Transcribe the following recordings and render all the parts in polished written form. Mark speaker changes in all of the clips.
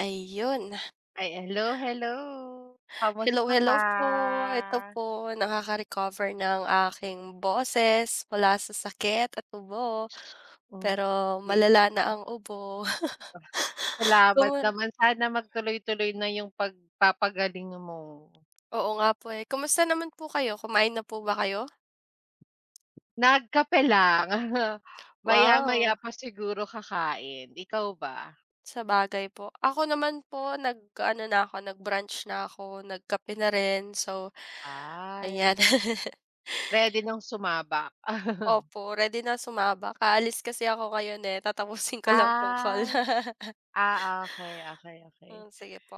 Speaker 1: Ayun.
Speaker 2: Ay, hello, hello.
Speaker 1: Hello,
Speaker 2: Kamusta ka?
Speaker 1: hello po. Ito po, nakaka-recover ng aking boses mula sa sakit at ubo,
Speaker 2: Oh,
Speaker 1: pero
Speaker 2: okay.
Speaker 1: malala na ang ubo.
Speaker 2: Salamat
Speaker 1: Kumu
Speaker 2: naman. Sana magtuloy-tuloy na yung pagpapagaling mo.
Speaker 1: Oo nga po, eh. Kumusta naman po kayo, kumain na po ba kayo?
Speaker 2: Nagkape lang. Maya-maya
Speaker 1: Wow,
Speaker 2: pa siguro kakain. Ikaw ba?
Speaker 1: sa bagay po. Ako naman po nag-ano na ako, nag-brunch na ako, nagkape na rin. So,
Speaker 2: Ay,
Speaker 1: ayan.
Speaker 2: ready ng sumabak.
Speaker 1: Opo, ready na sumaba Aalis kasi ako ngayon, eh, tatapusin ko lang 'tong call.
Speaker 2: Ay. Ah, okay, okay. Okey.
Speaker 1: Hmm, sige po.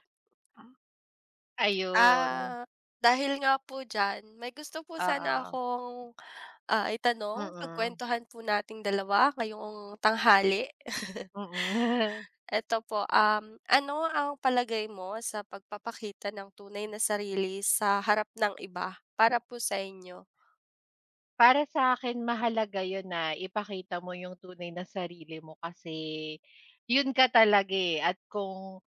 Speaker 2: Ayun,
Speaker 1: Ah, dahil nga po diyan, may gusto po sana
Speaker 2: oo.
Speaker 1: akong, itanong,
Speaker 2: Mm,
Speaker 1: pagkuwentuhan po nating dalawa ngayong tanghali.
Speaker 2: mm.
Speaker 1: Eto po, ano ang palagay mo sa pagpapakita ng tunay na sarili sa harap ng iba para po sa inyo?
Speaker 2: Para sa akin mahalaga yun na ipakita mo yung tunay na sarili mo, kasi yun ka talaga, eh, at kung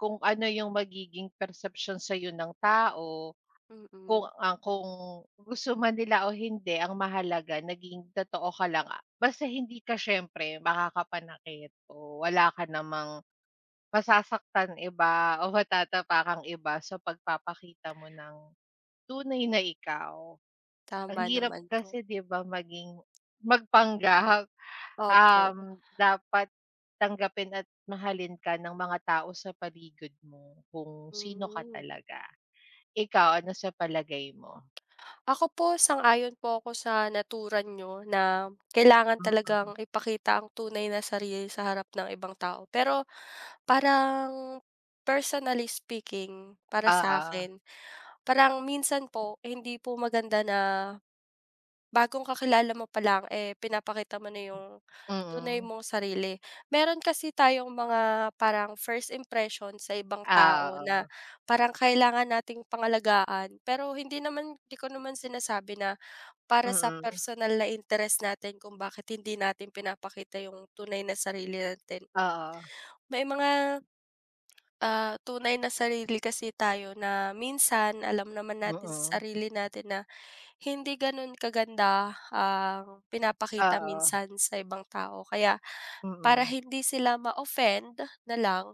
Speaker 2: kung ano yung magiging perception sa'yo ng tao, kung
Speaker 1: Mm,
Speaker 2: ang kung gusto man nila o hindi, ang mahalaga naging totoo ka lang, basta hindi ka siyempre makakapanakit o wala ka namang masasaktan iba o matatapakang iba sa pagpapakita mo ng tunay na ikaw. Ang
Speaker 1: tama
Speaker 2: hirap
Speaker 1: naman po.
Speaker 2: kasi, 'di ba, maging magpanggap.
Speaker 1: Opo,
Speaker 2: Dapat tanggapin at mahalin ka ng mga tao sa paligid mo kung sino ka
Speaker 1: hmm.
Speaker 2: talaga. Ikaw, ano sa palagay mo?
Speaker 1: Ako po, sang-ayon po ako sa naturan nyo na kailangan
Speaker 2: Mm.
Speaker 1: talagang ipakita ang tunay na sarili sa harap ng ibang tao. Pero parang personally speaking, para sa
Speaker 2: Oo,
Speaker 1: akin parang minsan po hindi po maganda na bagong kakilala mo pa lang, eh, pinapakita mo na yung tunay
Speaker 2: mm.
Speaker 1: mong sarili. Meron kasi tayong mga parang first impression sa ibang tao
Speaker 2: Ah,
Speaker 1: na
Speaker 2: oo,
Speaker 1: parang kailangan nating pangalagaan. Pero hindi naman di ko naman sinasabi na para sa
Speaker 2: mm.
Speaker 1: personal na interest natin kung bakit hindi natin pinapakita yung tunay na sarili natin.
Speaker 2: Oo,
Speaker 1: May mga ah, tunay na sarili kasi tayo na minsan alam naman natin sa
Speaker 2: mm,
Speaker 1: sarili natin na hindi ganun kaganda ang pinapakita
Speaker 2: Oo,
Speaker 1: minsan sa ibang tao. Kaya para
Speaker 2: mm,
Speaker 1: hindi sila ma-offend na lang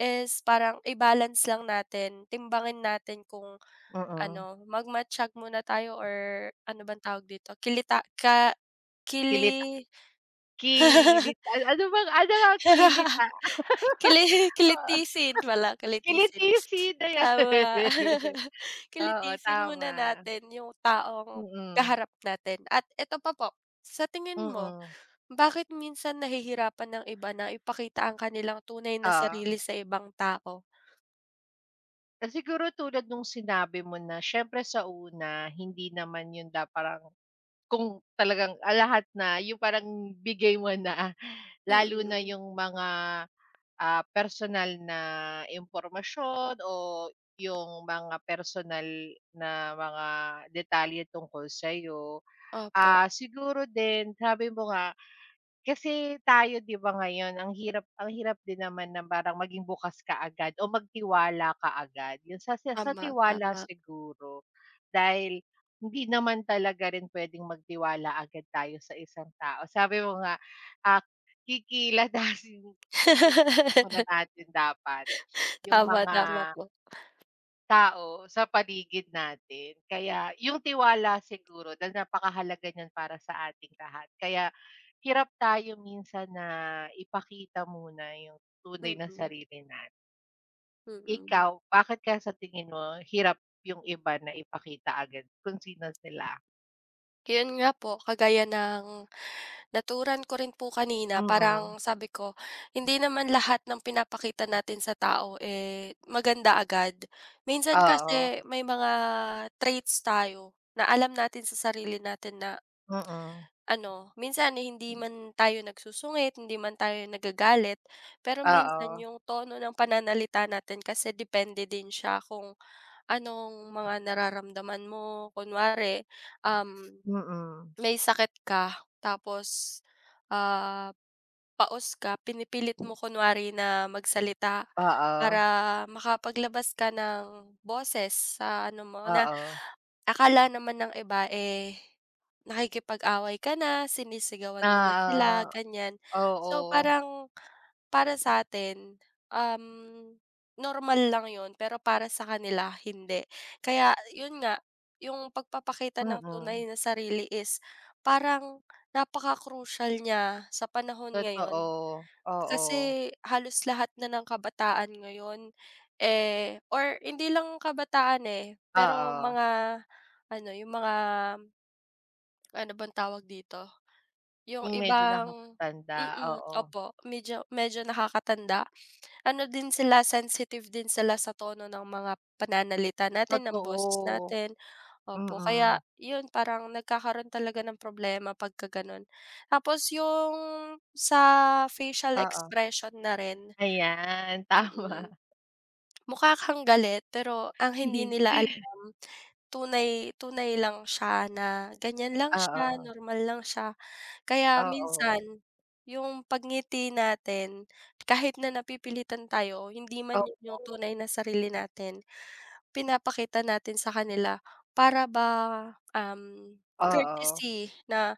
Speaker 1: is parang i-balance lang natin, timbangin natin kung
Speaker 2: mm.
Speaker 1: ano, magmatiyag muna tayo or ano bang tawag dito, kilita ka
Speaker 2: Kilita,
Speaker 1: kili
Speaker 2: kilita, ano bang ano nga kilita?
Speaker 1: kilitisin pala, kilitisin.
Speaker 2: Kilikisida yan.
Speaker 1: Tama.
Speaker 2: Oo,
Speaker 1: Kilitisin muna
Speaker 2: tama.
Speaker 1: natin yung taong
Speaker 2: Mm,
Speaker 1: kaharap natin at eto pa po, sa tingin mo,
Speaker 2: mm,
Speaker 1: bakit minsan nahihirapan ng iba na ipakita ang kanilang tunay na
Speaker 2: oo.
Speaker 1: sarili sa ibang tao?
Speaker 2: At siguro tulad nung sinabi mo na siyempre sa una hindi naman yun, parang kung talagang, lahat na yung parang bigay mo na, lalo na
Speaker 1: Mm,
Speaker 2: yung mga, personal na impormasyon o yung mga personal na mga detalye tungkol sa'yo.
Speaker 1: opo.
Speaker 2: Ah, siguro din, sabi mo nga. Kasi tayo, 'di ba, ngayon ang hirap, ang hirap din naman na parang maging bukas ka agad o magtiwala ka agad, yun sa
Speaker 1: Tama,
Speaker 2: tiwala
Speaker 1: tama.
Speaker 2: siguro, dahil hindi naman talaga rin puwedeng magtiwala agad tayo sa isang tao. Sabi mo nga, ah, kikilandasin kilit muna natin dapat yung
Speaker 1: Tama,
Speaker 2: mga
Speaker 1: tama po.
Speaker 2: tao sa paligid natin. Kaya yung tiwala siguro, dahil napakahalaga niyan para sa ating lahat. Kaya hirap tayo minsan na ipakita muna yung tunay na
Speaker 1: Mm,
Speaker 2: sarili natin.
Speaker 1: mm.
Speaker 2: Ikaw, bakit kaya sa tingin mo hirap yung iba na ipakita agad kung sino sila?
Speaker 1: Yun nga po, kagaya ng naturan ko rin po kanina
Speaker 2: Mm.
Speaker 1: parang sabi ko, hindi naman lahat ng pinapakita natin sa tao, eh, maganda agad. Minsan
Speaker 2: Oo.
Speaker 1: kasi may mga traits tayo na alam natin sa sarili natin na
Speaker 2: Mm.
Speaker 1: ano, minsan eh, hindi man tayo nagsusungit, hindi man tayo nagagalit, pero minsan
Speaker 2: Oo.
Speaker 1: yung tono ng pananalita natin kasi depende din siya kung anong mga nararamdaman mo. Kunwari, um
Speaker 2: Mm.
Speaker 1: may sakit ka tapos, ah, paos ka pinipilit mo kunwari na magsalita
Speaker 2: Oo,
Speaker 1: para makapaglabas ka ng boses sa ano mo na
Speaker 2: oo.
Speaker 1: akala naman ng iba, eh, nakikipag-away ka na, sinisigawan mo na sila,
Speaker 2: Na
Speaker 1: ganyan. So,
Speaker 2: Oo.
Speaker 1: parang para sa'tin, um, normal lang 'yun pero para sa kanila hindi. Kaya 'yun nga, yung pagpapakita ng
Speaker 2: Mm.
Speaker 1: tunay na sarili is parang napaka-crucial niya sa panahon ngayon.
Speaker 2: Totoo, oo.
Speaker 1: Kasi halos lahat na ng kabataan ngayon, eh, or hindi lang kabataan, eh, pero
Speaker 2: Oo.
Speaker 1: mga ano, yung mga ano bang tawag dito, yung
Speaker 2: Yung medyo
Speaker 1: ibang
Speaker 2: nakakatanda,
Speaker 1: mm,
Speaker 2: oo.
Speaker 1: opo medyo medyo nakakatanda. Ano din sila, sensitive din sila sa tono ng mga pananalita natin, ng boses
Speaker 2: Totoo,
Speaker 1: natin, opo. Kaya
Speaker 2: mm,
Speaker 1: yun, parang nagkakaroon talaga ng problema pagka gano'n. Tapos yung sa facial
Speaker 2: oo.
Speaker 1: expression na rin,
Speaker 2: Ayan, tama.
Speaker 1: mm. Mukha kang galit, pero ang hindi nila alam, tunay tunay lang siya na ganyan lang siya,
Speaker 2: Oo,
Speaker 1: normal lang siya. Kaya minsan,
Speaker 2: oo.
Speaker 1: yung pagngiti natin, kahit na napipilitan tayo o hindi man
Speaker 2: Oo,
Speaker 1: yun yung tunay na sarili natin, pinapakita natin sa kanila para ba, um,
Speaker 2: oo.
Speaker 1: courtesy na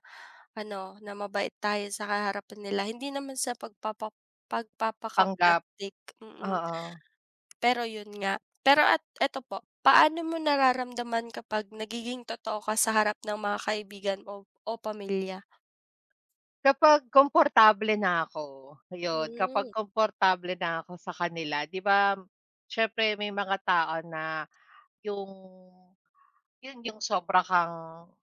Speaker 1: ano, na mabait tayo sa harapan nila. Hindi naman sa
Speaker 2: Tanggap,
Speaker 1: pagpapaka-plastic, mm.
Speaker 2: oo.
Speaker 1: Pero yun nga, pero at eto po, paano mo nararamdaman kapag nagiging totoo ka sa harap ng mga kaibigan o o pamilya?
Speaker 2: Kapag komportable na ako, yun, kapag
Speaker 1: Hmm,
Speaker 2: komportable na ako sa kanila, 'di ba, siyempre may mga tao na yung yung sobra kang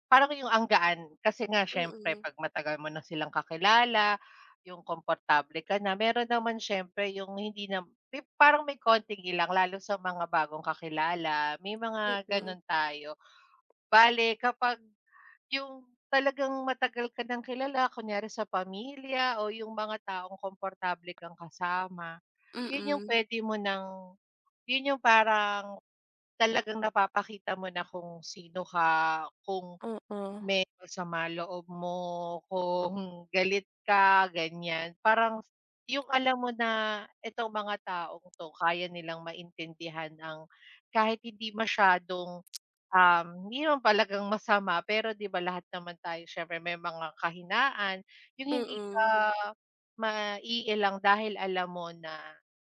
Speaker 2: parang yung ang gaan kasi, nga siyempre
Speaker 1: mm.
Speaker 2: 'pag matagal mo na silang kakilala, yung komportable ka na. Meron naman siyempre yung hindi na, may parang may konting ilang, lalo sa mga bagong kakilala, may mga
Speaker 1: Mm,
Speaker 2: gano'n tayo. Bale kapag yung talagang matagal ka ng kilala kunyari sa pamilya o yung mga taong komportable kang kasama, yun yung
Speaker 1: mm.
Speaker 2: puwede mo ng yun yung parang talagang napapakita mo na kung sino ka, kung
Speaker 1: Oo.
Speaker 2: may masama loob mo, kung galit ka, ganyan. Parang yung alam mo na itong mga taong 'to, kaya nilang maintindihan ang, kahit hindi masyadong Um, hindi naman palagang masama. Pero 'di ba, lahat naman tayo siyempre may mga kahinaan, yung hindi ka
Speaker 1: Mm.
Speaker 2: maiilang dahil alam mo na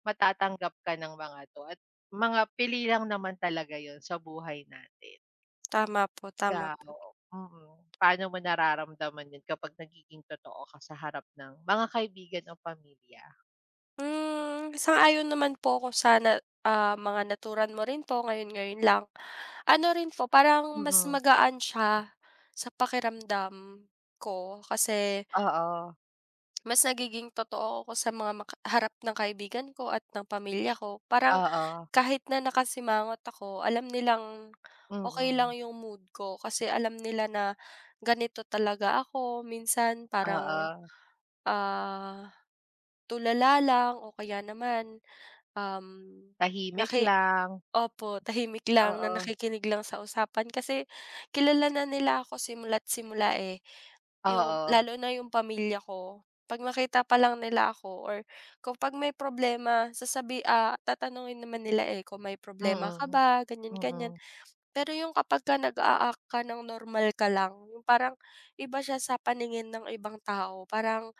Speaker 2: matatanggap ka ng mga 'to, at mga pili lang naman talaga yon sa buhay natin.
Speaker 1: Tama po, tama
Speaker 2: Ikaw,
Speaker 1: po.
Speaker 2: paano mo nararamdaman yun kapag nagiging totoo ka sa harap ng mga kaibigan o pamilya?
Speaker 1: Hmm, sang-ayon naman po ako sa ah, mga naturan mo rin po ngayon-ngayon lang. Ano rin po, parang mas
Speaker 2: Mm,
Speaker 1: magaan siya sa pakiramdam ko kasi
Speaker 2: oo,
Speaker 1: mas nagiging totoo ako sa mga maka harap ng kaibigan ko at ng pamilya ko. Parang
Speaker 2: oo,
Speaker 1: kahit na nakasimangot ako, alam nilang okay
Speaker 2: mm,
Speaker 1: lang yung mood ko kasi alam nila na ganito talaga ako. Minsan parang,
Speaker 2: oo,
Speaker 1: ah, tulala lang o kaya naman, um,
Speaker 2: tahimik
Speaker 1: naki
Speaker 2: lang,
Speaker 1: opo, tahimik lang na
Speaker 2: oo,
Speaker 1: nakikinig lang sa usapan kasi kilala na nila ako simula't simula, eh. Yung
Speaker 2: oo.
Speaker 1: lalo na yung pamilya ko, 'pag nakita pa lang nila ako or kapag may problema sasabi ah, tatanungin naman nila, eh, kung may problema ka
Speaker 2: Mm,
Speaker 1: ba, ganyan, ganyan.
Speaker 2: mm.
Speaker 1: Pero yung kapagka nag-a-act ka ng normal ka lang, yung parang iba siya sa paningin ng ibang tao, parang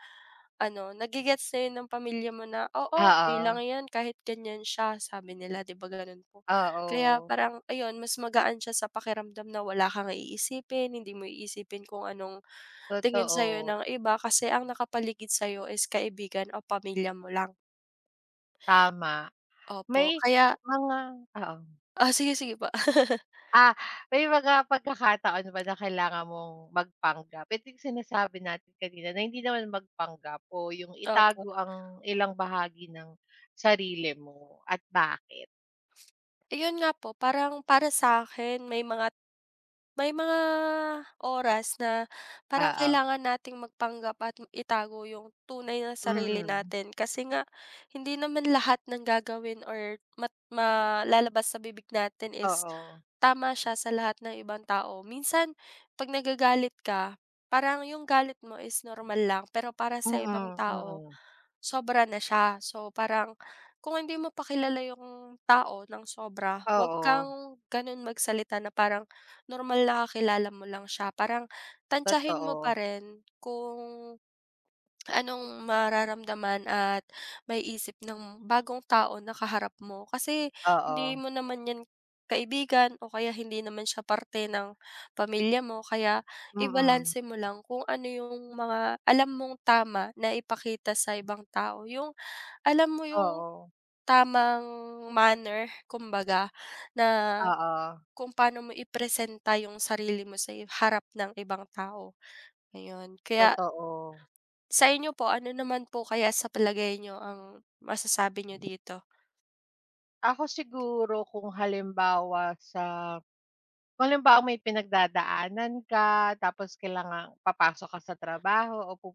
Speaker 1: ano, gets na yun ng pamilya mo na, "Oo, okey lang
Speaker 2: Oo,
Speaker 1: 'yan kahit ganyan siya," sabi nila, 'di ba gano'n po. Kaya
Speaker 2: oo,
Speaker 1: parang ayun, mas magaan siya sa pakiramdam na wala kang iisipin, hindi mo iisipin kung anong tingin sa'yo
Speaker 2: totoo,
Speaker 1: ng iba kasi ang nakapaligid sa'yo is kaibigan o pamilya mo lang.
Speaker 2: tama.
Speaker 1: Opo,
Speaker 2: May
Speaker 1: kaya
Speaker 2: mga Oo.
Speaker 1: ah sige, sige po.
Speaker 2: Ah, may mga pagkakataon ba na kailangan mong magpanggap? Ito yung sinasabi natin kanina, na hindi naman magpanggap o yung
Speaker 1: Opo.
Speaker 2: itago ang ilang bahagi ng sarili mo, at bakit?
Speaker 1: Ayun nga po, parang para sa akin may mga oras na parang
Speaker 2: Oo,
Speaker 1: kailangan nating magpanggap at itago yung tunay na sarili
Speaker 2: mm.
Speaker 1: natin. Kasi nga hindi naman lahat ng gagawin or mat malalabas sa bibig natin is
Speaker 2: Oo,
Speaker 1: tama siya sa lahat ng ibang tao. Minsan 'pag nagagalit ka, parang yung galit mo is normal lang, pero para sa
Speaker 2: mm,
Speaker 1: ibang tao,
Speaker 2: mm.
Speaker 1: sobra na siya. So, parang kung hindi mo pa kilala yung tao ng sobra, huwag
Speaker 2: Oo,
Speaker 1: kang gano'n magsalita na parang normal na kakilala mo lang siya. Parang tantyahin mo
Speaker 2: totoo.
Speaker 1: pa rin kung anong mararamdaman at may isip ng bagong tao na kaharap mo. Kasi hindi
Speaker 2: Oo,
Speaker 1: mo naman 'yan kaibigan o kaya hindi naman siya parte ng pamilya mo. Kaya
Speaker 2: mm.
Speaker 1: ibalanse mo lang kung ano yung mga alam mong tama na ipakita sa ibang tao. Yung alam mo yung
Speaker 2: Oo,
Speaker 1: tamang manner kumbaga na
Speaker 2: oo,
Speaker 1: kung paano mo ipresenta yung sarili mo sa i- harap ng ibang tao, ayun. Kaya
Speaker 2: totoo.
Speaker 1: sa inyo po, ano naman po kaya sa palagay nyo ang masasabi nyo dito?
Speaker 2: Ako siguro, kung halimbawa may pinagdadaanan ka, tapos kailangan papasok ka sa trabaho o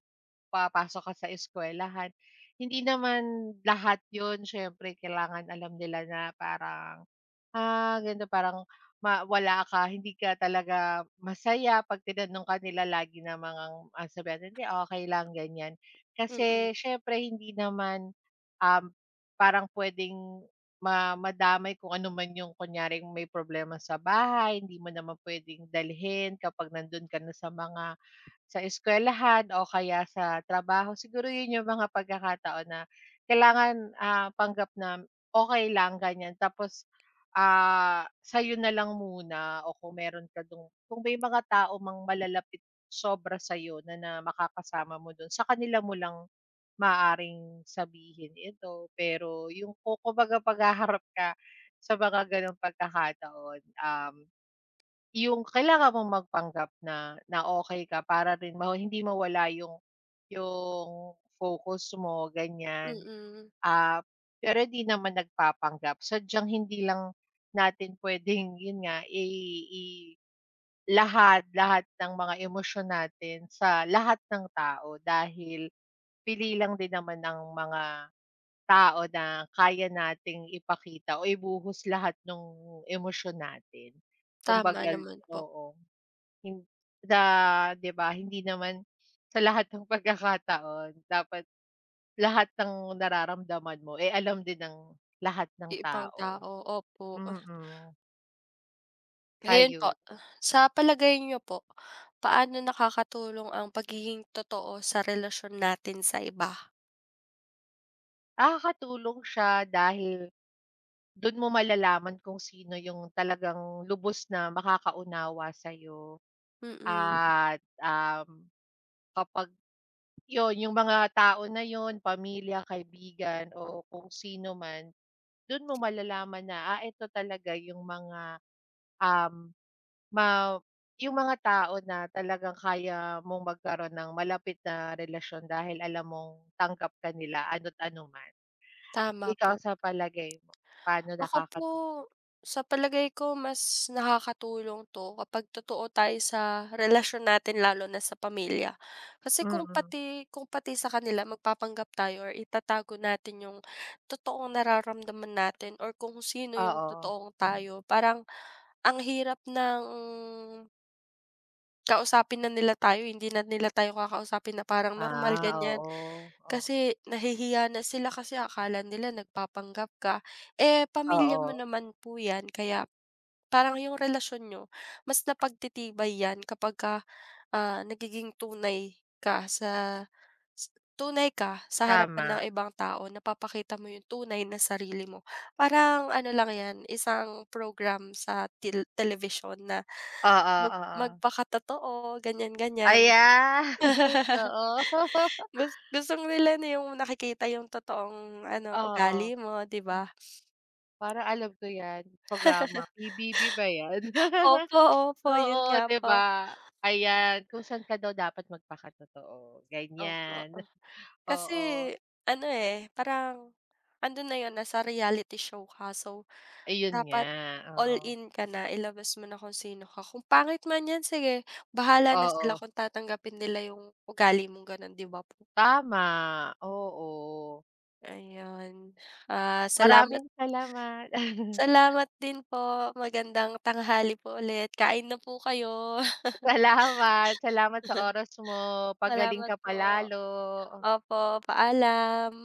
Speaker 2: papasok ka sa eskuwelahan, hindi naman lahat 'yun siyempre kailangan alam nila, na parang, ganito parang wala ka, hindi ka talaga masaya 'pag tinanong ka nila lagi, na mga ang sabihan, "Hindi, okay lang," ganyan.
Speaker 1: Mm,
Speaker 2: Kasi syempre hindi naman, um, parang puwedeng madamay kung ano man yung kunyaring may problema sa bahay, hindi mo naman puwedeng dalhin kapag nandun ka na sa eskwelahan o kaya sa trabaho. Siguro yun yung mga pagkakataon na kailangan, tanggap na okey lang, ganyan. Tapos sa'yo na lang muna, o kung meron ka dung kung may mga tao mang malalapit sobra sa'yo, na na makakasama mo dun, sa kanila mo lang maaaring sabihin ito. Pero yung kumbaga paghaharap ka sa mga gano'ng pagkakataon, yung kailangan mong magpanggap na na okay ka para rin, hindi mawala yung focus mo, ganyan.
Speaker 1: mm.
Speaker 2: Ah, pero di naman nagpapanggap, sadyang hindi lang natin puwedeng yun nga i lahat lahat ng mga emosyon natin sa lahat ng tao, dahil pili lang din naman ng mga tao na kaya nating ipakita o ibuhos lahat ng emosyon natin.
Speaker 1: Tama
Speaker 2: Kumbaga,
Speaker 1: naman po,
Speaker 2: oo. Hin na 'di ba, hindi naman sa lahat ng pagkakataon dapat lahat ng nararamdaman mo, eh, alam din ng lahat ng
Speaker 1: ibang
Speaker 2: tao.
Speaker 1: tao, opo.
Speaker 2: Mm,
Speaker 1: Ngayon po,
Speaker 2: ayun.
Speaker 1: sa palagay nyo po, paano nakakatulong ang pagiging totoo sa relasyon natin sa iba?
Speaker 2: Nakakatulong siya, dahil dun mo malalaman kung sino yung talagang lubos na makakaunawa sa'yo,
Speaker 1: Mm,
Speaker 2: at, kapag yun, yung mga tao na yun, pamilya, kaibigan o kung sino man, dun mo malalaman na, ito talaga yung mga, um, ma yung mga tao na talagang kaya mong magkaroon ng malapit na relasyon, dahil alam mong tanggap ka nila ano't ano man.
Speaker 1: tama
Speaker 2: Ikaw
Speaker 1: po.
Speaker 2: sa palagay mo, paano
Speaker 1: Ako po,
Speaker 2: nakakatulong?
Speaker 1: sa palagay ko mas nakakatulong 'to kapag totoo tayo sa relasyon natin lalo na sa pamilya. Kasi kung
Speaker 2: Mm,
Speaker 1: pati kung pati sa kanila magpapanggap tayo or itatago natin yung totoong nararamdaman natin or kung sino yung
Speaker 2: oo.
Speaker 1: totoong tayo, parang ang hirap ng kausapin na nila tayo, hindi na nila tayo kakausapin na parang normal,
Speaker 2: Ah,
Speaker 1: ganyan.
Speaker 2: oo, oo,
Speaker 1: Kasi nahihiya na sila kasi akala nila nagpapanggap ka. Eh, pamilya
Speaker 2: oo,
Speaker 1: mo naman po 'yan kaya parang yung relasyon niyo mas napagtitibay 'yan kapag ka ah, nagiging tunay ka sa s tunay ka sa harapan
Speaker 2: tama.
Speaker 1: ng ibang tao, napapakita mo yung tunay na sarili mo. Parang ano lang 'yan, isang program sa telebisyon na
Speaker 2: Oo, oo.
Speaker 1: magpakatotoo, ganyan-ganyan.
Speaker 2: Ayan, oo.
Speaker 1: Gusto nila na yung nakikita yung totoong ano,
Speaker 2: Oo.
Speaker 1: ugali mo, 'di ba?
Speaker 2: Para alam ko yan, programa, PBB ba yan?
Speaker 1: Opo, opo, yun
Speaker 2: Oo,
Speaker 1: nga
Speaker 2: 'di
Speaker 1: po.
Speaker 2: ba? Ayan, kung saan ka daw dapat magpakatotoo,
Speaker 1: Opo.
Speaker 2: ganyan.
Speaker 1: Kasi
Speaker 2: Oo,
Speaker 1: ano, eh, parang andun na yun, nasa reality show ka. So,
Speaker 2: ayun nga,
Speaker 1: dapat all
Speaker 2: oo.
Speaker 1: in ka na, ilabas mo na kung sino ka. Kung pangit man yan, sige, bahala na sila
Speaker 2: Oo,
Speaker 1: kung tatanggapin nila yung ugali mong ganun, 'di ba po?
Speaker 2: tama, oo.
Speaker 1: Ayun. Ah, salamat
Speaker 2: Maraming salamat.
Speaker 1: salamat din po. Magandang tanghali po ulit. Kain na po kayo.
Speaker 2: Salamat, salamat sa oras mo, pagaling
Speaker 1: Salamat
Speaker 2: ka
Speaker 1: po.
Speaker 2: palalo.
Speaker 1: Opo, paalam.